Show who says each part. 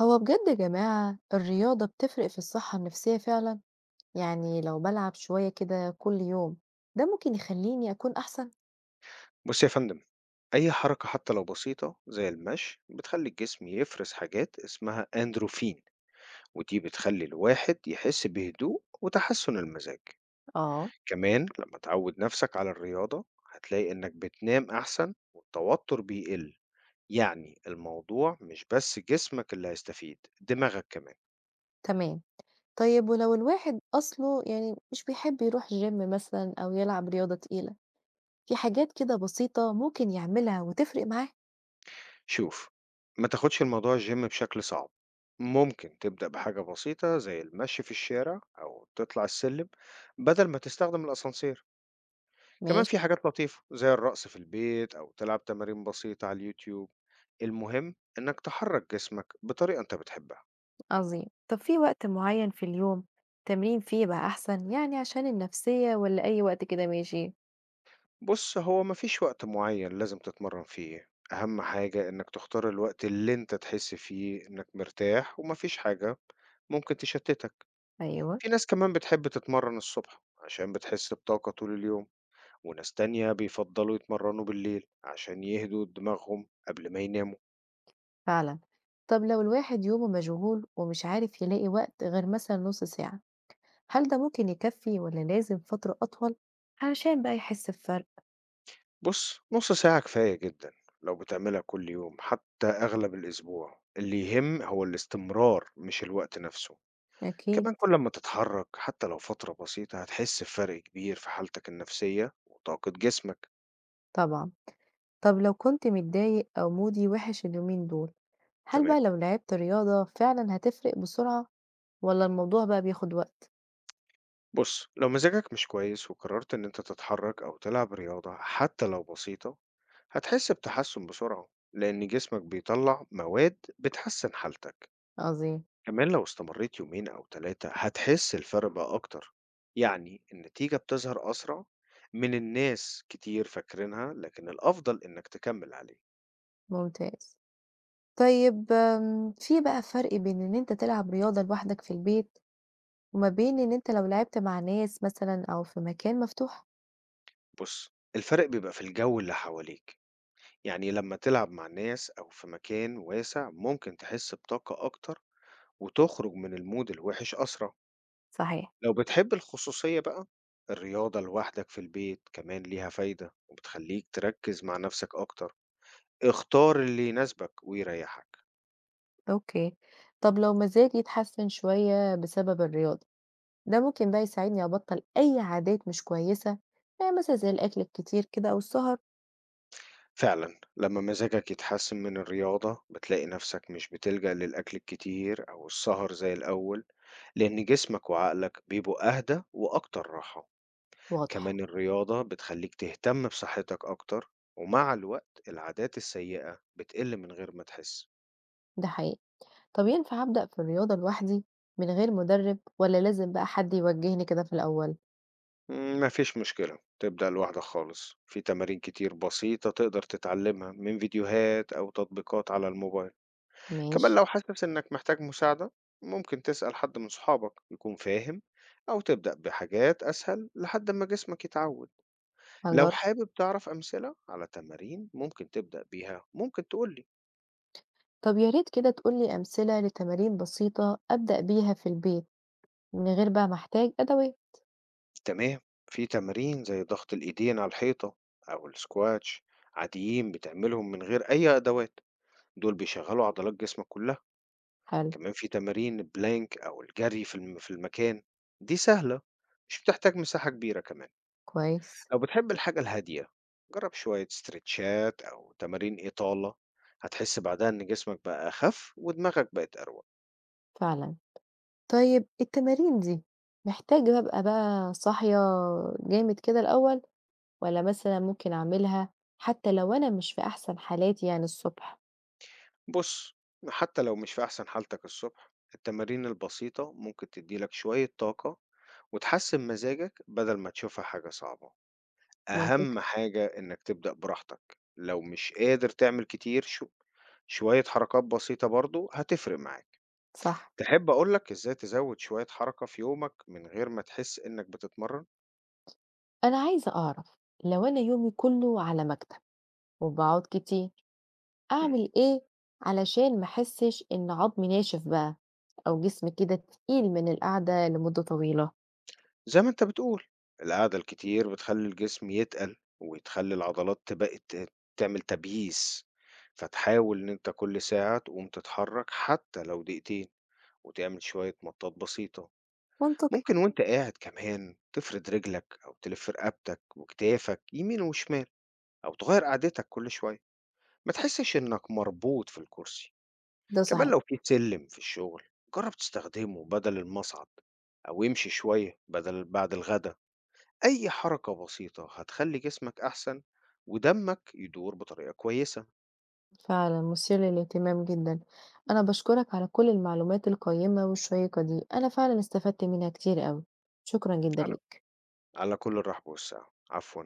Speaker 1: هو بجد يا جماعة الرياضة بتفرق في الصحة النفسية فعلا. يعني لو بلعب شوية كده كل يوم ده ممكن يخليني أكون أحسن.
Speaker 2: بص يا فندم، أي حركة حتى لو بسيطة زي المشي بتخلي الجسم يفرز حاجات اسمها أندروفين، ودي بتخلي الواحد يحس بهدوء وتحسن المزاج.
Speaker 1: آه.
Speaker 2: كمان لما تعود نفسك على الرياضة هتلاقي إنك بتنام أحسن والتوتر بيقل. يعني الموضوع مش بس جسمك اللي هيستفيد، دماغك كمان.
Speaker 1: تمام. طيب ولو الواحد أصله يعني مش بيحب يروح جيم مثلا أو يلعب رياضة تقيلة، في حاجات كده بسيطة ممكن يعملها وتفرق معاه.
Speaker 2: شوف، ما تاخدش الموضوع الجيم بشكل صعب. ممكن تبدأ بحاجة بسيطة زي المشي في الشارع أو تطلع السلم بدل ما تستخدم الأسانسير. كمان في
Speaker 1: ماشي.
Speaker 2: حاجات لطيفة زي الرقص في البيت أو تلعب تمارين بسيطة على اليوتيوب. المهم إنك تحرك جسمك بطريقة أنت بتحبها.
Speaker 1: عظيم. طب في وقت معين في اليوم تمرين فيه بقى أحسن يعني عشان النفسية، ولا أي وقت كده ماشي؟
Speaker 2: بص، هو مفيش وقت معين لازم تتمرن فيه، أهم حاجة إنك تختار الوقت اللي أنت تحس فيه إنك مرتاح ومفيش حاجة ممكن تشتتك.
Speaker 1: أيوه.
Speaker 2: في ناس كمان بتحب تتمرن الصبح عشان بتحس بطاقة طول اليوم، وناس تانية بيفضلوا يتمرنوا بالليل عشان يهدوا دماغهم قبل ما يناموا.
Speaker 1: فعلا. طب لو الواحد يومه مشغول ومش عارف يلاقي وقت غير مثلا نص ساعة، هل ده ممكن يكفي ولا لازم فترة أطول علشان بقى يحس بفرق؟
Speaker 2: بُص، نُص ساعة كفاية جدًا. لو بتعملها كل يوم، حتى أغلب الأسبوع، اللي يهم هو الاستمرار مش الوقت نفسه.
Speaker 1: أكيد.
Speaker 2: كمان كل أمّا تتحرك حتى لو فترة بسيطة هتحس بفرق كبير في حالتك النفسية وطاقة جسمك.
Speaker 1: طبعا. طب لو كنت متضايق أو مودي وحش اليومين دول، هل
Speaker 2: تمام.
Speaker 1: بقى لو لعبت رياضة فعلا هتفرق بسرعة ولا الموضوع بقى بياخد وقت؟
Speaker 2: بُص، لو مزاجك مش كويس وقررت إن أنت تتحرك أو تلعب رياضة حتى لو بسيطة، هتحس بتحسن بسرعة، لإن جسمك بيطلّع مواد بتحسن حالتك.
Speaker 1: عظيم.
Speaker 2: كمان لو استمريت يومين أو تلاتة هتحس الفرق بقى أكتر. يعني النتيجة بتظهر أسرع من الناس، كتير فاكرينها لكن الأفضل إنك تكمل عليه.
Speaker 1: ممتاز. طيب في بقى فرق بين إن أنت تلعب رياضة لوحدك في البيت وما بين إن أنت لو لعبت مع ناس مثلا أو في مكان مفتوح؟
Speaker 2: بص، الفرق بيبقى في الجو اللي حواليك. يعني لما تلعب مع ناس أو في مكان واسع ممكن تحس بطاقة أكتر وتخرج من المود الوحش أسرع.
Speaker 1: صحيح.
Speaker 2: لو بتحب الخصوصية بقى، الرياضة لوحدك في البيت كمان ليها فايدة وبتخليك تركز مع نفسك أكتر. اختار اللي يناسبك ويريحك.
Speaker 1: أوكي، طب لو مزاجي اتحسن شوية بسبب الرياضة، ده ممكن بقى يساعدني أبطّل أي عادات مش كويسة، يعني مثلًا زي الأكل الكتير كده أو السهر؟
Speaker 2: فعلًا، لمّا مزاجك يتحسن من الرياضة، بتلاقي نفسك مش بتلجأ للأكل الكتير أو السهر زي الأول، لأن جسمك وعقلك بيبقوا أهدى وأكتر راحة.
Speaker 1: واضح.
Speaker 2: كمان الرياضة بتخليك تهتم بصحتك أكتر، ومع الوقت العادات السيئة بتقل من غير ما تحس.
Speaker 1: ده حقيقي. طب ينفع أبدأ في الرياضة لوحدي من غير مدرب والّا لازم بقى حد يوجهني كده في الأول؟
Speaker 2: ما فيش مشكلة، تبدأ لوحدك خالص، في تمارين كتير بسيطة تقدر تتعلمها من فيديوهات أو تطبيقات على الموبايل.
Speaker 1: ماشي.
Speaker 2: كمان لو حاسس إنك محتاج مساعدة ممكن تسأل حد من صحابك يكون فاهم، أو تبدأ بحاجات أسهل لحد ما جسمك يتعود. لو
Speaker 1: هاجرب.
Speaker 2: حابب تعرف أمثلة على تمارين ممكن تبدأ بيها، ممكن تقولي.
Speaker 1: طب يا ريت كده تقول لي أمثلة لتمارين بسيطة أبدأ بيها في البيت من غير بقى ما أحتاج أدوات.
Speaker 2: تمام، في تمارين زي ضغط الإيدين على الحيطة أو السكواتش، عاديين بتعملهم من غير أي أدوات. دول بيشغلوا عضلات جسمك كلها.
Speaker 1: حلو.
Speaker 2: كمان في تمارين البلانك أو الجري في المكان. دي سهلة، مش بتحتاج مساحة كبيرة كمان.
Speaker 1: كويس.
Speaker 2: لو بتحب الحاجة الهادية، جرب شوية استرتشات أو تمارين إطالة، هتحس بعدها إن جسمك بقى أخف ودماغك بقت أروق.
Speaker 1: فعلًا. طيب التمارين دي محتاجة أبقى بقى صاحية جامد كده الأول، والّا مثلًا ممكن أعملها حتى لو أنا مش في أحسن حالاتي يعني الصبح؟
Speaker 2: بص، حتى لو مش في أحسن حالتك الصبح، التمارين البسيطة ممكن تديلك شوية طاقة وتحسن مزاجك بدل ما تشوفها حاجة صعبة.
Speaker 1: منطقي.
Speaker 2: أهم حاجة إنك تبدأ براحتك، لو مش قادر تعمل كتير شوية حركات بسيطة برضو هتفرق معاك.
Speaker 1: صح.
Speaker 2: تحب أقولك إزاي تزود شوية حركة في يومك من غير ما تحس إنك بتتمرن؟
Speaker 1: أنا عايزة أعرف، لو أنا يومي كله على مكتب وباقعد كتير، أعمل إيه علشان ما أحسش إن عضمي ناشف بقى أو جسمي كده تقيل من القعدة لمدة طويلة؟
Speaker 2: زي ما أنت بتقول، القعدة الكتير بتخلّي الجسم يتقل، وتخلّي العضلات تبقى تعمل تبييس، فتحاول إن أنت كل ساعة تقوم تتحرك حتى لو دقيقتين، وتعمل شوية مطاط بسيطة.
Speaker 1: منطقي.
Speaker 2: ممكن وأنت قاعد كمان تفرد رجلك أو تلف رقبتك وكتافك يمين وشمال، أو تغيّر قعدتك كل شوية، ما تحسش إنك مربوط في الكرسي.
Speaker 1: ده
Speaker 2: كمان لو
Speaker 1: صحيح.
Speaker 2: في سلِّم في الشغل جرّب تستخدمه بدل المصعد، أو امشي شوية بدل بعد الغدا. أي حركة بسيطة هتخلّي جسمك أحسن ودمك يدور بطريقة كويسة.
Speaker 1: فعلًا مثير للاهتمام جدًا. أنا باشكرك على كل المعلومات القيّمة والشيّقة دي، أنا فعلًا استفدت منها كتير أوي. شكرًا جدًا
Speaker 2: على
Speaker 1: ليك.
Speaker 2: على كل الرحب والسعة، عفوًا.